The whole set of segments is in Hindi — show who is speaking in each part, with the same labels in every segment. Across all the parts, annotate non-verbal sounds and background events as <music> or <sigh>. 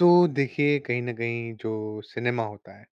Speaker 1: तो देखिए कहीं न कहीं जो सिनेमा होता है,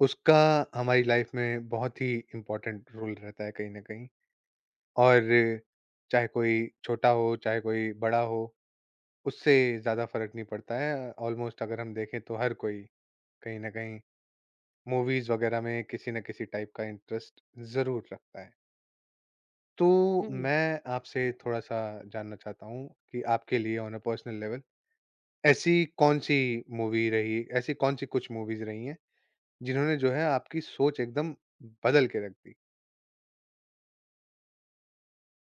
Speaker 1: उसका हमारी लाइफ में बहुत ही इम्पोर्टेंट रोल रहता है कहीं न कहीं और चाहे कोई छोटा हो, चाहे कोई बड़ा हो, उससे ज़्यादा फ़र्क नहीं पड़ता है। ऑलमोस्ट अगर हम देखें तो हर कोई कहीं न कहीं मूवीज़ वग़ैरह में किसी न किसी टाइप का इंटरेस्ट ज़रूर रखता है। तो
Speaker 2: जी।
Speaker 1: मैं आपसे थोड़ा-सा जानना चाहता हूँ कि आपके लिए ऑन अ पर्सनल लेवल ऐसी कौन-सी मूवी रही ऐसी कौन-सी कुछ मूवीज़ रही हैं जिन्होंने जो है आपकी सोच एकदम बदल के रख दी।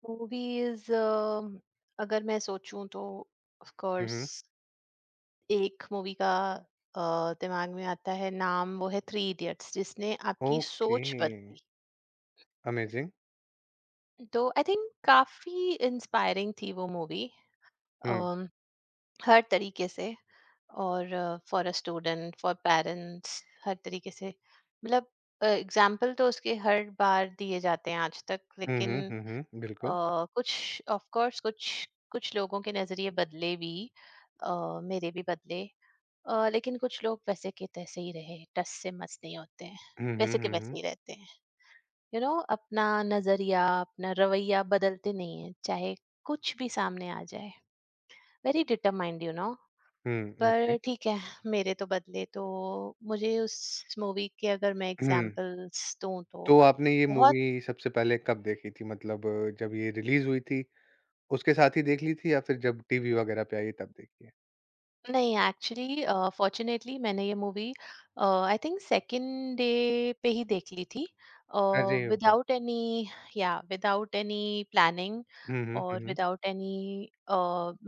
Speaker 2: मूवीज अगर मैं सोचूं तो ऑफ
Speaker 1: हुँ,
Speaker 2: कोर्स
Speaker 1: हुँ।
Speaker 2: एक मूवी का अ, दिमाग में आता है, नाम, वो है 3 Idiots, जिसने आपकी
Speaker 1: ओके,
Speaker 2: सोच बदली।
Speaker 1: अमेज़िंग।
Speaker 2: तो आई थिंक काफी इंस्पायरिंग थी वो मूवी,
Speaker 1: हुँ,
Speaker 2: हर तरीके से। और for a student, for parents, हर तरीके से। मतलब एग्जाम्पल तो उसके हर बार दिए जाते हैं आज तक,
Speaker 1: हुँ, हुँ,
Speaker 2: लेकिन
Speaker 1: हुँ, हुँ, बिल्कुल।
Speaker 2: कुछ, ऑफ कोर्स, कुछ कुछ लोगों के नज़रिए बदले भी। मेरे भी बदले। लेकिन कुछ लोग वैसे के तैसे ही रहे, टस से मस नहीं होते हैं,
Speaker 1: हुँ, हुँ,
Speaker 2: वैसे के
Speaker 1: हुँ, हुँ,
Speaker 2: वैसे ही रहते हैं। यू you नो know, अपना नज़रिया, अपना रवैया बदलते नहीं है, चाहे कुछ भी सामने आ जाए। Very determined.
Speaker 1: Hmm, okay.
Speaker 2: पर ठीक है, मेरे तो बदले, तो मुझे उस मूवी के अगर मैं
Speaker 1: हुँ,
Speaker 2: एग्जांपल्स दूं तो
Speaker 1: तो आपने ये
Speaker 2: बहुत
Speaker 1: मूवी सबसे पहले कब देखी थी? मतलब जब ये रिलीज़ हुई थी, उसके साथ ही देख ली थी या फिर जब टीवी वगैरह पे आई तब देखी है?
Speaker 2: नहीं, एक्चुअली फॉर्चुनेटली मैंने ये movie, I think, second day पे ही देख ली थी।
Speaker 1: अरे वाह!
Speaker 2: Without any without any planning,
Speaker 1: hmm, hmm, hmm,
Speaker 2: और
Speaker 1: हुँ,
Speaker 2: विदाउट एनी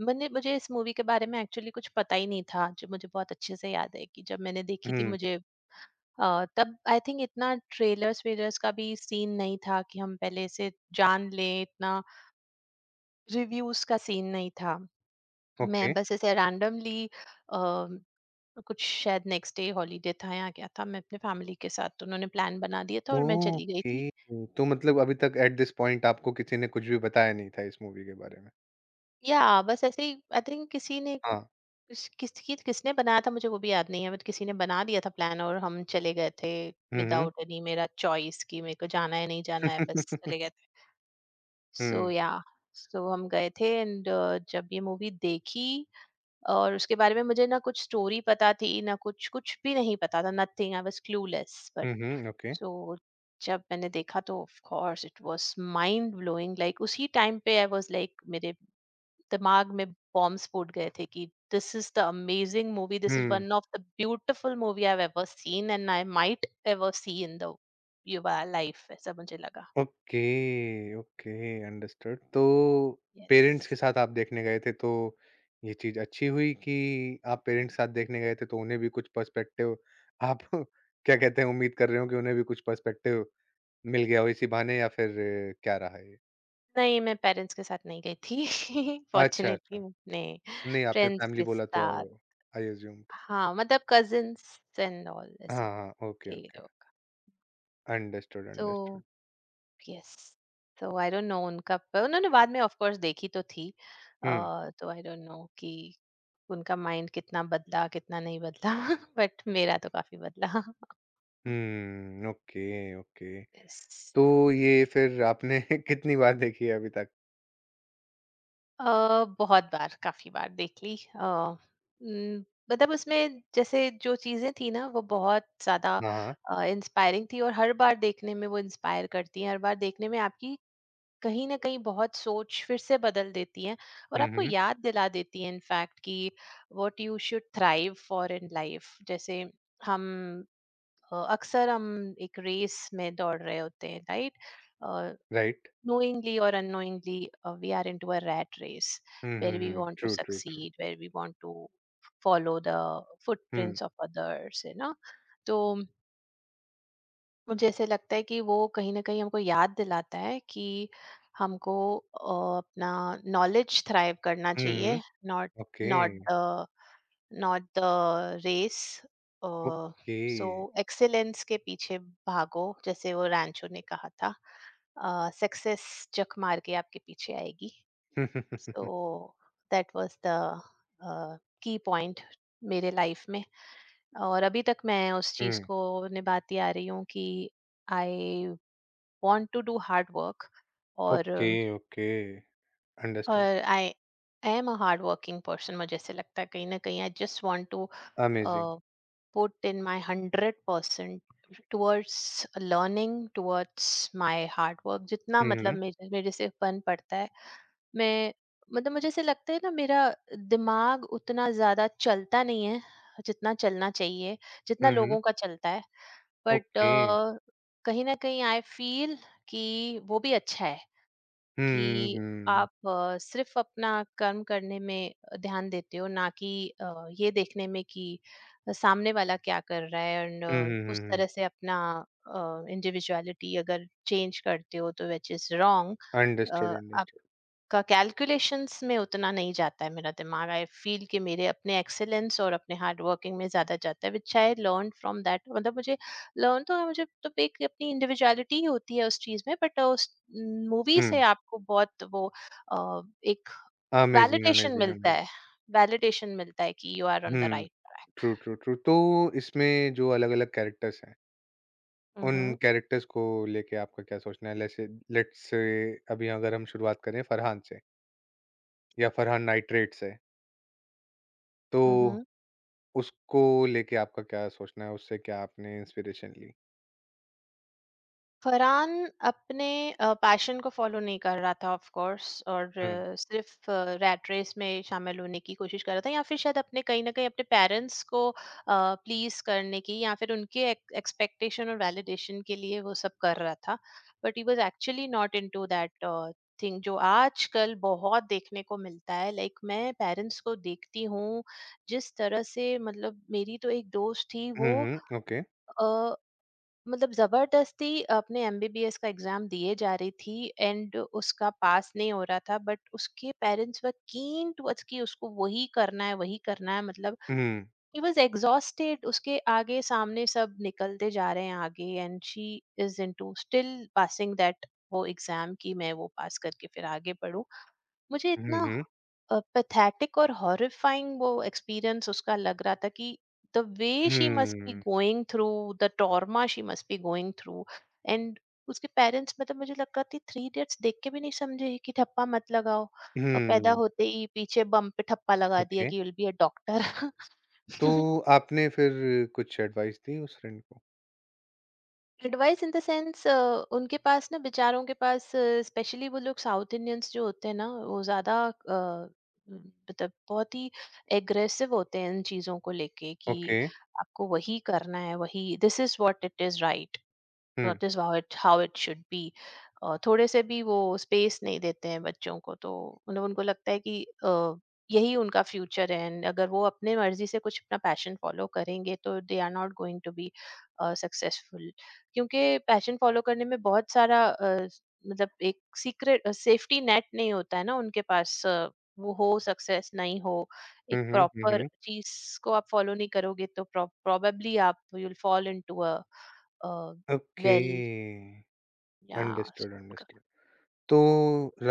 Speaker 2: मैंने मुझे इस मूवी के बारे में एक्चुअली कुछ पता ही नहीं था, जो मुझे बहुत अच्छे से याद है। कि जब मैंने देखी थी,
Speaker 1: हुँ,
Speaker 2: मुझे तब आई थिंक इतना ट्रेलर्स वेलर्स का भी सीन नहीं था कि हम पहले से जान लें, इतना रिव्यूज का सीन नहीं था।
Speaker 1: ओके।
Speaker 2: मैं बस ऐसे रैंडमली कुछ, शायद नेक्स्ट डे हॉलीडे था या क्या था, मैं अपने फैमिली के साथ, उन्होंने प्लान बना दिया था और मैं चली गई थी।
Speaker 1: ओके, तो मतलब अभी तक एट दिस पॉइंट आपको किसी ने कुछ भी बताया नहीं था इस मूवी के बारे में?
Speaker 2: या बस ऐसे ही, आई थिंक, किसी ने,
Speaker 1: हाँ।
Speaker 2: किसने बनाया था मुझे वो भी याद नहीं है, बट किसी ने बना दिया था प्लान और हम चले गए थे,
Speaker 1: हुँ, हुँ।
Speaker 2: विदाउट एनी मेरा चॉइस कि मेरे को जाना है नहीं जाना है, बस
Speaker 1: हुँ। <laughs>
Speaker 2: चले गए थे। सो या सो हम गए थे एंड जब ये मूवी देखी, और उसके बारे में मुझे ना कुछ स्टोरी पता थी, ना कुछ कुछ भी नहीं पता था। Nothing, I was clueless.
Speaker 1: Hmm, hmm, okay.
Speaker 2: So जब मैंने देखा तो of course it was mind blowing, like उसी टाइम पे आई वाज लाइक, मेरे दिमाग में बॉम्ब्स फूट गए थे कि this is the amazing movie, this is
Speaker 1: hmm,
Speaker 2: one of the beautiful movie I have ever seen and I might ever see in the युवा लाइफ, ऐसा मुझे लगा।
Speaker 1: Okay, okay, understood. तो
Speaker 2: यस।
Speaker 1: पेरेंट्स के साथ आप देखने गए थे, तो ये चीज़ अच्छी हुई कि आप पेरेंट्स के साथ देखने गए थे, तो उन्हें भी कुछ पर्सपेक्टिव आप <laughs> क्या कहते हैं, उम्मीद कर रहे हो कि उन्हें भी कुछ पर्सपेक्टिव मिल गया हो इसी बहाने या फिर क्या रहा ये?
Speaker 2: नहीं, मैं पेरेंट्स के साथ नहीं गई थी <laughs>
Speaker 1: अच्छा,
Speaker 2: फॉर्चुनेटली
Speaker 1: अच्छा।
Speaker 2: मैं अपने
Speaker 1: नहीं, आपने
Speaker 2: फ्रेंड्स
Speaker 1: फैमिली
Speaker 2: के
Speaker 1: बोला तो
Speaker 2: साथ।
Speaker 1: आई अज़्यूम्ड।
Speaker 2: हाँ, मतलब कजिन्स एंड ऑल,
Speaker 1: हाँ,
Speaker 2: ऐसे
Speaker 1: हाँ, ओके,
Speaker 2: थे ये
Speaker 1: ओके।
Speaker 2: लोग।
Speaker 1: अंडरस्टूड,
Speaker 2: तो
Speaker 1: अंडरस्टूड।
Speaker 2: यस, तो आई डोंट नो उनका, पर उन्होंने बाद में ऑफ कोर्स देखी तो थी।
Speaker 1: हुँ,
Speaker 2: तो आई डोंट नो कि उनका माइंड कितना बदला कितना नहीं बदला <laughs> बट मेरा तो काफी बदला।
Speaker 1: Hmm, okay, okay.
Speaker 2: यस।
Speaker 1: तो ये फिर आपने <laughs> कितनी बार देखी है अभी तक?
Speaker 2: बहुत बार, काफी बार देख ली। न- मतलब उसमें जैसे जो चीजें थी ना, वो बहुत ज्यादा
Speaker 1: हाँ, हाँ।
Speaker 2: इंस्पायरिंग थी, और हर बार देखने में वो इंस्पायर करती हैं, हर बार देखने में आपकी कहीं ने कहीं बहुत सोच फिर से बदल देती हैं, और
Speaker 1: हुँ,
Speaker 2: आपको
Speaker 1: हुँ।
Speaker 2: याद दिला देती हैं, इन फाक्ट, की what you should thrive for in life. जैसे हम अकसर हम एक रेस में दोड रहे होते हैं, right?
Speaker 1: राइट।
Speaker 2: Knowingly और unknowingly, we are into a rat race,
Speaker 1: hmm,
Speaker 2: where
Speaker 1: hmm,
Speaker 2: we
Speaker 1: hmm.
Speaker 2: want to
Speaker 1: true, true, true.
Speaker 2: succeed, where we want to follow the
Speaker 1: hmm.
Speaker 2: footprints of others. मुझे ऐसे लगता है कि वो कहीं न कहीं हमको याद दिलाता है कि हमको अपना नॉलेज थ्राइव करना
Speaker 1: हुँ, हुँ।
Speaker 2: चाहिए, not,
Speaker 1: okay,
Speaker 2: not the not the race. Uh,
Speaker 1: okay.
Speaker 2: So excellence के पीछे भागो, जैसे वो रैंचो ने कहा था। सक्सेस चक मार के आपके पीछे आएगी। So
Speaker 1: <laughs>
Speaker 2: that was the uh, key point मेरे लाइफ़ में। और अभी तक मैं उस चीज़
Speaker 1: हुँ।
Speaker 2: को निभाती आ रही हूँ कि I want to do hard work. और
Speaker 1: okay, okay. Understood.
Speaker 2: I, I am a hard working person, मुझे ऐसे लगता है। कहीं ना कहीं I just want to
Speaker 1: amazing.
Speaker 2: put in my 100% towards learning, towards my hard work, जितना
Speaker 1: हुँ,
Speaker 2: मतलब
Speaker 1: हुँ।
Speaker 2: मेरे मेरे से बन पड़ता है। मैं मतलब मुझे ऐसे लगता है ना, मेरा दिमाग उतना ज्यादा चलता नहीं है जितना चलना चाहिए, जितना
Speaker 1: हुँ, हुँ।
Speaker 2: लोगों का चलता है। But
Speaker 1: okay.
Speaker 2: कहीं ना कहीं आई फील कि वो भी अच्छा है कि
Speaker 1: हुँ, हुँ।
Speaker 2: आप सिर्फ अपना कर्म करने में ध्यान देते हो, ना कि ये देखने में कि सामने वाला क्या कर रहा है। एंड
Speaker 1: हुँ, हुँ, हुँ,
Speaker 2: उस
Speaker 1: हुँ।
Speaker 2: तरह से अपना इंडिविजुअलिटी अगर चेंज करते हो तो, which is wrong,
Speaker 1: understood, understood.
Speaker 2: का कैलकुलेशंस में उतना नहीं जाता है मेरा दिमाग। आई फील कि मेरे अपने एक्सेलेंस और अपने हार्ड वर्किंग में ज्यादा जाता है, which I learn from that. मतलब मुझे लर्न तो, मुझे तो एक अपनी इंडिविजुअलिटी ही होती है उस चीज में, बट उस मूवी से
Speaker 1: हुँ।
Speaker 2: आपको बहुत वो एक
Speaker 1: अमेज़िंग,
Speaker 2: वैलिडेशन
Speaker 1: अमेज़िंग,
Speaker 2: मिलता
Speaker 1: अमेज़िंग।
Speaker 2: है, वैलिडेशन मिलता है कि you are on the
Speaker 1: hmm.
Speaker 2: Right track.
Speaker 1: True, true, true. तो इसमें जो अलग-अलग कैरेक्टर्स हैं उन
Speaker 2: हम्म।
Speaker 1: कैरेक्टर्स को लेके आपका क्या सोचना है? लेसे लेट्स से अभी अगर हम शुरुआत करें फरहान से या फरहान नाइट्रेट से, तो
Speaker 2: हम्म।
Speaker 1: उसको लेके आपका क्या सोचना है? उससे क्या आपने इंस्पिरेशन ली?
Speaker 2: फरहान अपने पैशन को फॉलो नहीं कर रहा था ऑफ कोर्स, और
Speaker 1: हुँ।
Speaker 2: सिर्फ रैट रेस में शामिल होने की कोशिश कर रहा था, या फिर शायद अपने कहीं ना कहीं अपने पेरेंट्स को प्लीज करने की, या फिर उनके एक्सपेक्टेशन और वैलिडेशन के लिए वो सब कर रहा था, but he was actually not into that thing. जो आजकल बहुत देखने को मिलता है, मैं पेरेंट्स को देखती हूँ जिस तरह से। मतलब मेरी तो एक दोस्त थी वो,
Speaker 1: हुँ, हुँ। ओके।
Speaker 2: मतलब जबरदस्ती अपने एमबीबीएस का एग्जाम दिए जा रही थी, एंड उसका पास नहीं हो रहा था। बट उसके पेरेंट्स वर कीन टुवर्ड्स कि उसको वही करना है, वही करना है। मतलब
Speaker 1: हुँ।
Speaker 2: ही वाज एग्जॉस्टेड, उसके आगे सामने सब निकलते जा रहे हैं आगे, and she is into still passing that, वो एग्जाम की मैं वो पास करके फिर आगे पढूं। मुझे
Speaker 1: हुँ,
Speaker 2: इतना
Speaker 1: हुँ।
Speaker 2: पैथेटिक और हॉरिफाइंग वो एक्सपीरियंस उसका लग रहा था, कि the way she must be
Speaker 1: hmm.
Speaker 2: Going through, the trauma she must be going through. And <laughs> उसके पेरेंट्स, मतलब मुझे लगता थी, 3 Idiots देख के भी नहीं समझे कि ठप्पा मत लगाओ। पैदा
Speaker 1: हुँ।
Speaker 2: होते ही पीछे बम पे ठप्पा लगा दिया
Speaker 1: ओके।
Speaker 2: कि विल बी अ डॉक्टर।
Speaker 1: तो
Speaker 2: <laughs>
Speaker 1: आपने फिर कुछ एडवाइस दी उस फ्रेंड को?
Speaker 2: एडवाइस इन द सेंस, उनके पास ना, बेचारों के पास, स्पेशली वो लोग साउथ इंडियंस जो होते हैं ना, वो ज्यादा अ, म, मतलब बहुत ही एग्रेसिव होते हैं इन चीजों को लेके कि
Speaker 1: ओके।
Speaker 2: आपको वही करना है, वही। This is what it is, right.
Speaker 1: Hmm.
Speaker 2: That is how it should be. थोड़े से भी वो स्पेस नहीं देते हैं बच्चों को। तो उन्हें, उनको लगता है कि यही उनका फ्यूचर है, एंड अगर वो अपने मर्जी से कुछ अपना पैशन फॉलो करेंगे तो they are not going to be successful. क्योंकि पैशन फॉलो करने में बहुत सारा, मतलब एक सीक्रेट सेफ्टी नेट नहीं होता है ना उनके पास। वो हो सक्सेस नहीं हो, एक
Speaker 1: हुँ, हुँ। हुँ,
Speaker 2: प्रॉपर
Speaker 1: हुँ।
Speaker 2: चीज को आप फॉलो नहीं करोगे तो प्रोबेबली आप, you will fall into a
Speaker 1: okay.
Speaker 2: Well, या
Speaker 1: अंडरस्टूड,
Speaker 2: उनका।
Speaker 1: अंडरस्टूड। तो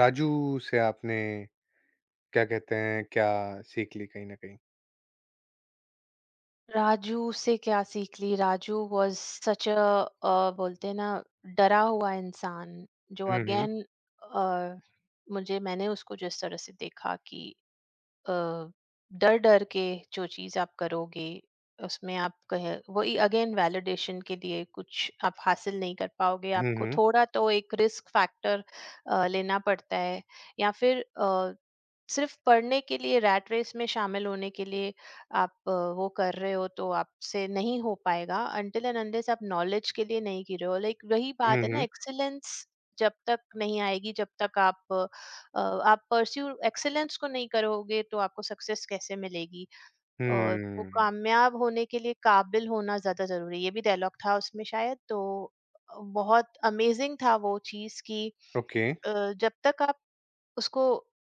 Speaker 1: राजू से आपने क्या कहते हैं, क्या सीख ली कहीं न कहीं।
Speaker 2: राजू से क्या सीख ली? राजू वाज सच अ, बोलते हैं ना, डरा हुआ इंसान, जो
Speaker 1: हुँ, हुँ।
Speaker 2: अगेन, मुझे, मैंने उसको जिस तरह से देखा कि अ, डर डर के जो चीज़ आप करोगे उसमें आप कह, वही अगेन वैलिडेशन के लिए, कुछ आप हासिल नहीं कर पाओगे।
Speaker 1: हुँ,
Speaker 2: आपको
Speaker 1: हुँ।
Speaker 2: थोड़ा तो एक रिस्क फैक्टर लेना पड़ता है। या फिर सिर्फ पढ़ने के लिए, रैट रेस में शामिल होने के लिए आप वो कर रहे हो, तो आपसे नहीं हो पाएगा, अनटिल एंड अनलेस आप नॉलेज के लिए नहीं गिर रहे हो। लाइक वही
Speaker 1: हुँ,
Speaker 2: बात है ना,
Speaker 1: हुँ।
Speaker 2: एक्सेलेंस जब तक नहीं आएगी, जब तक आप आप परस्यू एक्सीलेंस को नहीं करोगे, तो आपको सक्सेस कैसे मिलेगी? तो
Speaker 1: हुँ।
Speaker 2: कामयाब होने के लिए काबिल होना ज़्यादा ज़रूरी है, ये भी डायलॉग था उसमें शायद, तो बहुत अमेज़िंग था वो चीज़ कि
Speaker 1: ओके।
Speaker 2: अ, जब तक आप उसको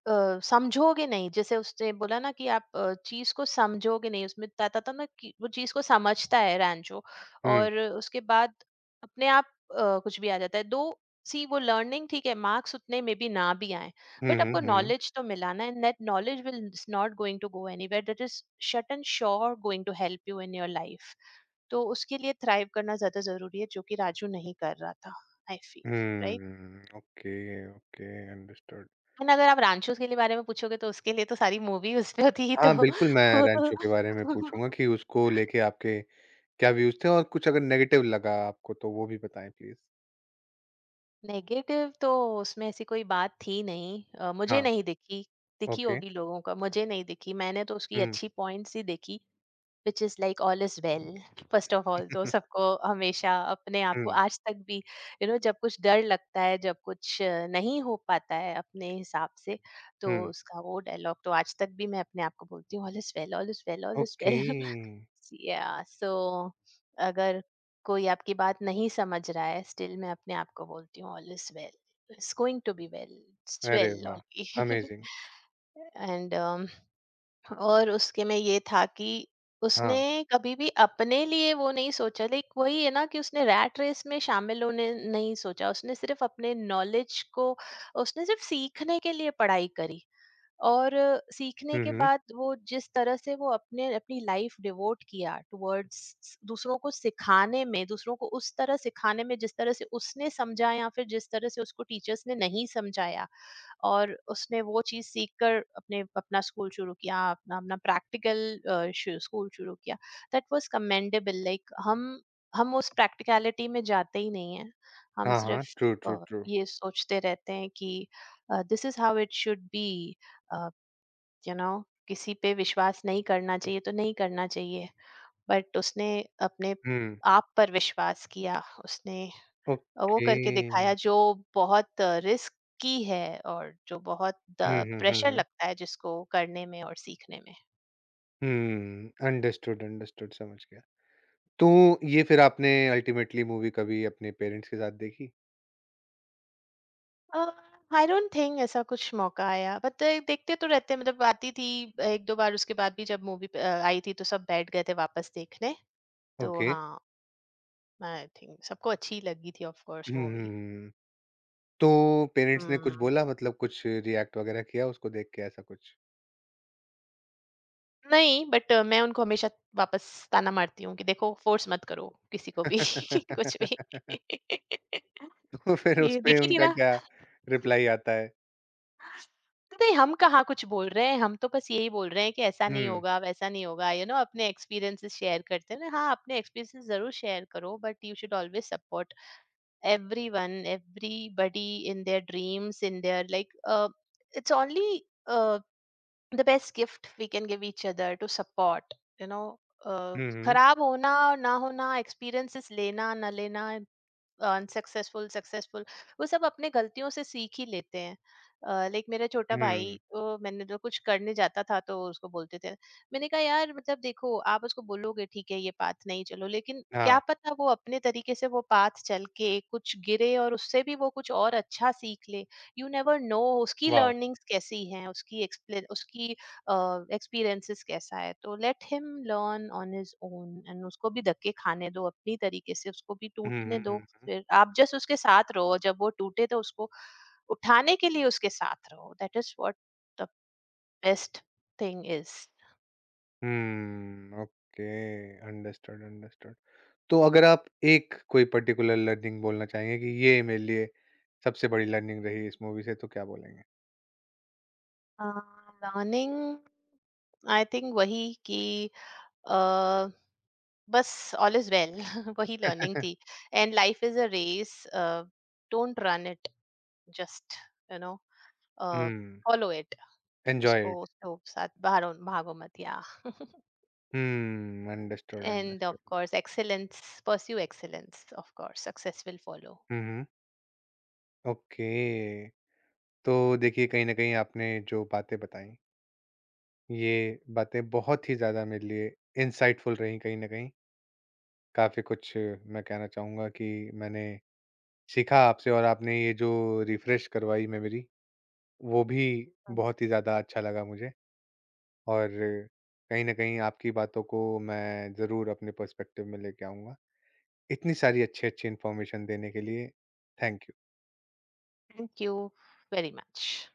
Speaker 2: समझोगे नहीं, जैसे उसने बोला ना कि आप चीज को समझोगे नहीं। उसमें बताता था ना कि वो चीज को समझता है रैंचो,
Speaker 1: हुँ।
Speaker 2: और उसके बाद अपने आप कुछ भी आ जाता है। दो सी वो लर्निंग, ठीक है मार्क्स उतने में भी ना भी आए, बट
Speaker 1: हुँ,
Speaker 2: आपको
Speaker 1: हुँ, हुँ,
Speaker 2: नॉलेज तो मिला ना। And that knowledge will not going to go anywhere, that is shut and sure going to help you in your life. तो उसके लिए थ्राइव करना ज्यादा जरूरी है, जो कि राजू नहीं कर रहा था, I feel, right.
Speaker 1: Hmm. Okay, okay understood.
Speaker 2: And अगर आप रांचोस के लिए बारे में पूछोगे, तो उसके लिए तो सारी मूवी उस पे थी, तो
Speaker 1: हाँ, बिल्कुल मैं
Speaker 2: वो
Speaker 1: रैंचो के बारे
Speaker 2: तो
Speaker 1: में पूछूँगा
Speaker 2: <laughs>
Speaker 1: कि उसको लेके आपके क्या व्यूज़ थे और कुछ अगर नेगेटिव लगा आपको तो वो भी बताएँ प्लीज़?
Speaker 2: नेगेटिव तो उसमें ऐसी कोई बात थी नहीं, मुझे
Speaker 1: हाँ,
Speaker 2: नहीं दिखी। दिखी
Speaker 1: ओके।
Speaker 2: होगी लोगों का, मुझे नहीं दिखी। मैंने तो उसकी
Speaker 1: हुँ।
Speaker 2: अच्छी पॉइंट्स ही देखी, which is like all is well. First of all तो सबको हमेशा अपने आप
Speaker 1: हुँ,
Speaker 2: को
Speaker 1: हुँ।
Speaker 2: आज तक भी, यू नो जब कुछ डर लगता है, जब कुछ नहीं हो पाता है अपने हिसाब से, तो
Speaker 1: <laughs>
Speaker 2: उसका वो डायलॉग तो आज तक भी मैं अपने आप को बोलती हूँ, all is well, all is well, all is
Speaker 1: okay.
Speaker 2: Well. या सो, अगर कोई आपकी बात नहीं समझ रहा है, स्टिल मैं अपने आप को बोलती हूँ, all is well, it's going to be well, it's
Speaker 1: अरे
Speaker 2: वेल
Speaker 1: वाह!
Speaker 2: ऑलरेडी।
Speaker 1: अमेज़िंग।
Speaker 2: एंड <laughs> और उसके में ये था कि
Speaker 1: हाँ।
Speaker 2: उसने कभी भी अपने लिए वो नहीं सोचा, लाइक वही है ना, कि उसने रैट रेस में शामिल होने नहीं सोचा। उसने सिर्फ अपने नॉलेज को, उसने सिर्फ सीखने के लिए पढ़ाई करी। और सीखने
Speaker 1: हुँ,
Speaker 2: के
Speaker 1: हुँ।
Speaker 2: बाद, वो जिस तरह से वो अपने अपनी लाइफ डिवोट किया टुवर्ड्स दूसरों को सिखाने में, दूसरों को उस तरह सिखाने में जिस तरह से उसने समझा, या फिर जिस तरह से उसको टीचर्स ने नहीं समझाया। और उसने वो चीज़ सीख कर अपने अपना स्कूल शुरू किया, अपना अपना प्रैक्टिकल स्कूल शुरू किया। That was commendable. लाइक हम उस प्रैक्टिकलिटी में जाते ही नहीं हैं, हम
Speaker 1: हाँ, हाँ।
Speaker 2: सिर्फ
Speaker 1: ट्रू, ट्रू,
Speaker 2: अ,
Speaker 1: ट्रू।
Speaker 2: ये सोचते रहते हैं कि this is how it should be, you know. किसी पे विश्वास नहीं करना चाहिए तो नहीं करना चाहिए, बट उसने अपने
Speaker 1: हुँ।
Speaker 2: आप पर विश्वास किया। उसने वो
Speaker 1: ओके।
Speaker 2: करके दिखाया, जो बहुत रिस्क की है, और जो बहुत
Speaker 1: हुँ, हुँ, हुँ,
Speaker 2: प्रेशर
Speaker 1: हुँ।
Speaker 2: लगता है जिसको करने में और सीखने में।
Speaker 1: हुँ, अंडरस्टूड, अंडरस्टूड समझ गया। तो ये फिर आपने अल्टीमेटली मूवी कभी अपने पेरेंट्स के साथ देखी?
Speaker 2: आई डोंट थिंक ऐसा कुछ मौका आया, बट देखते तो रहते। मतलब आती थी एक दो बार उसके बाद भी, जब मूवी आई थी तो सब बैठ गए थे वापस देखने। तो
Speaker 1: ओके।
Speaker 2: हाँ, आई थिंक सबको अच्छी लगी थी, of course,
Speaker 1: hmm, hmm,
Speaker 2: movie.
Speaker 1: Hmm. तो पेरेंट्स ने कुछ बोला मतलब कुछ रिएक्ट वगैरह किया उसको देख के ऐसा कुछ?
Speaker 2: नहीं, बट मैं उनको हमेशा वापस ताना मारती हूँ कि देखो, फ़ोर्स मत करो किसी को भी <laughs> कुछ भी।
Speaker 1: <laughs>
Speaker 2: <laughs>
Speaker 1: तो फिर
Speaker 2: ये
Speaker 1: उसपे
Speaker 2: देखी थी
Speaker 1: उनका
Speaker 2: ना?
Speaker 1: क्या रिप्लाई आता है?
Speaker 2: नहीं, हम कहाँ कुछ बोल रहे हैं, हम तो बस यही बोल रहे हैं कि ऐसा नहीं
Speaker 1: हुँ।
Speaker 2: होगा, वैसा नहीं होगा, यू नो, अपने एक्सपीरियंसेस शेयर करते हैं ना। हाँ, अपने एक्सपीरियंसेस ज़रूर शेयर करो, but you should always support everyone, everybody in their dreams, in their like, it's only, uh, the best gift we can give each other to support, you know, uh,
Speaker 1: hmm, hmm.
Speaker 2: खराब होना और ना होना, experiences लेना ना लेना, अनसक्सेसफुल, सक्सेसफुल, वो सब अपने गलतियों से सीख ही लेते हैं। लाइक मेरा छोटा भाई,
Speaker 1: हुँ।
Speaker 2: तो मैंने जो कुछ करने जाता था तो उसको बोलते थे, मैंने कहा यार, मतलब देखो आप उसको बोलोगे ठीक है ये पाथ नहीं, चलो, लेकिन क्या
Speaker 1: हाँ,
Speaker 2: पता वो अपने तरीके से वो पाथ चल के कुछ गिरे, और उससे भी वो कुछ और अच्छा सीख ले। यू नेवर नो, उसकी
Speaker 1: वॉव!
Speaker 2: लर्निंग्स कैसी हैं, उसकी एक्सप्लेन, उसकी एक्सपीरियंसेस कैसा है, तो let him learn on his own. And उसको भी धक्के खाने दो अपनी तरीके से, उसको भी
Speaker 1: हुँ,
Speaker 2: टूटने
Speaker 1: हुँ,
Speaker 2: दो।
Speaker 1: हुँ।
Speaker 2: फिर आप जस्ट उसके साथ रहो, जब वो टूटे तो उसको उठाने के लिए उसके साथ रहो, that is what the best thing is.
Speaker 1: Hmm, okay. Understood, understood. तो अगर आप एक कोई पर्टिकुलर लर्निंग बोलना चाहेंगे कि ये मेरे लिए सबसे बड़ी लर्निंग रही इस मूवी से तो क्या बोलेंगे?
Speaker 2: लर्निंग, आई थिंक, वही कि अ, बस, ऑल इज वेल <laughs> वही लर्निंग थी।
Speaker 1: <laughs>
Speaker 2: And life is a race, don't run it, just, you know,
Speaker 1: hmm,
Speaker 2: follow it.
Speaker 1: Enjoy
Speaker 2: उसको
Speaker 1: इट।
Speaker 2: उसको साथ भागो, भागो मत या <laughs>
Speaker 1: hmm, understood,
Speaker 2: and of
Speaker 1: understood.
Speaker 2: course excellence, pursue excellence, of course success will follow.
Speaker 1: Hmm, hmm, okay. तो देखिए कहीं न कहीं आपने जो बातें बताई, ये बातें बहुत ही ज़्यादा मेरे लिए इनसाइटफुल रहीं कहीं न कहीं। काफ़ी कुछ मैं कहना चाहूँगा कि मैंने सीखा आपसे और आपने ये जो रिफ्रेश करवाई मेमोरी, वो भी बहुत ही ज़्यादा अच्छा लगा मुझे। और कहीं न कहीं आपकी बातों को मैं ज़रूर अपने पर्सपेक्टिव में लेके आऊँगा। इतनी सारी अच्छी-अच्छी इन्फॉर्मेशन देने के लिए thank you.
Speaker 2: Thank you very much.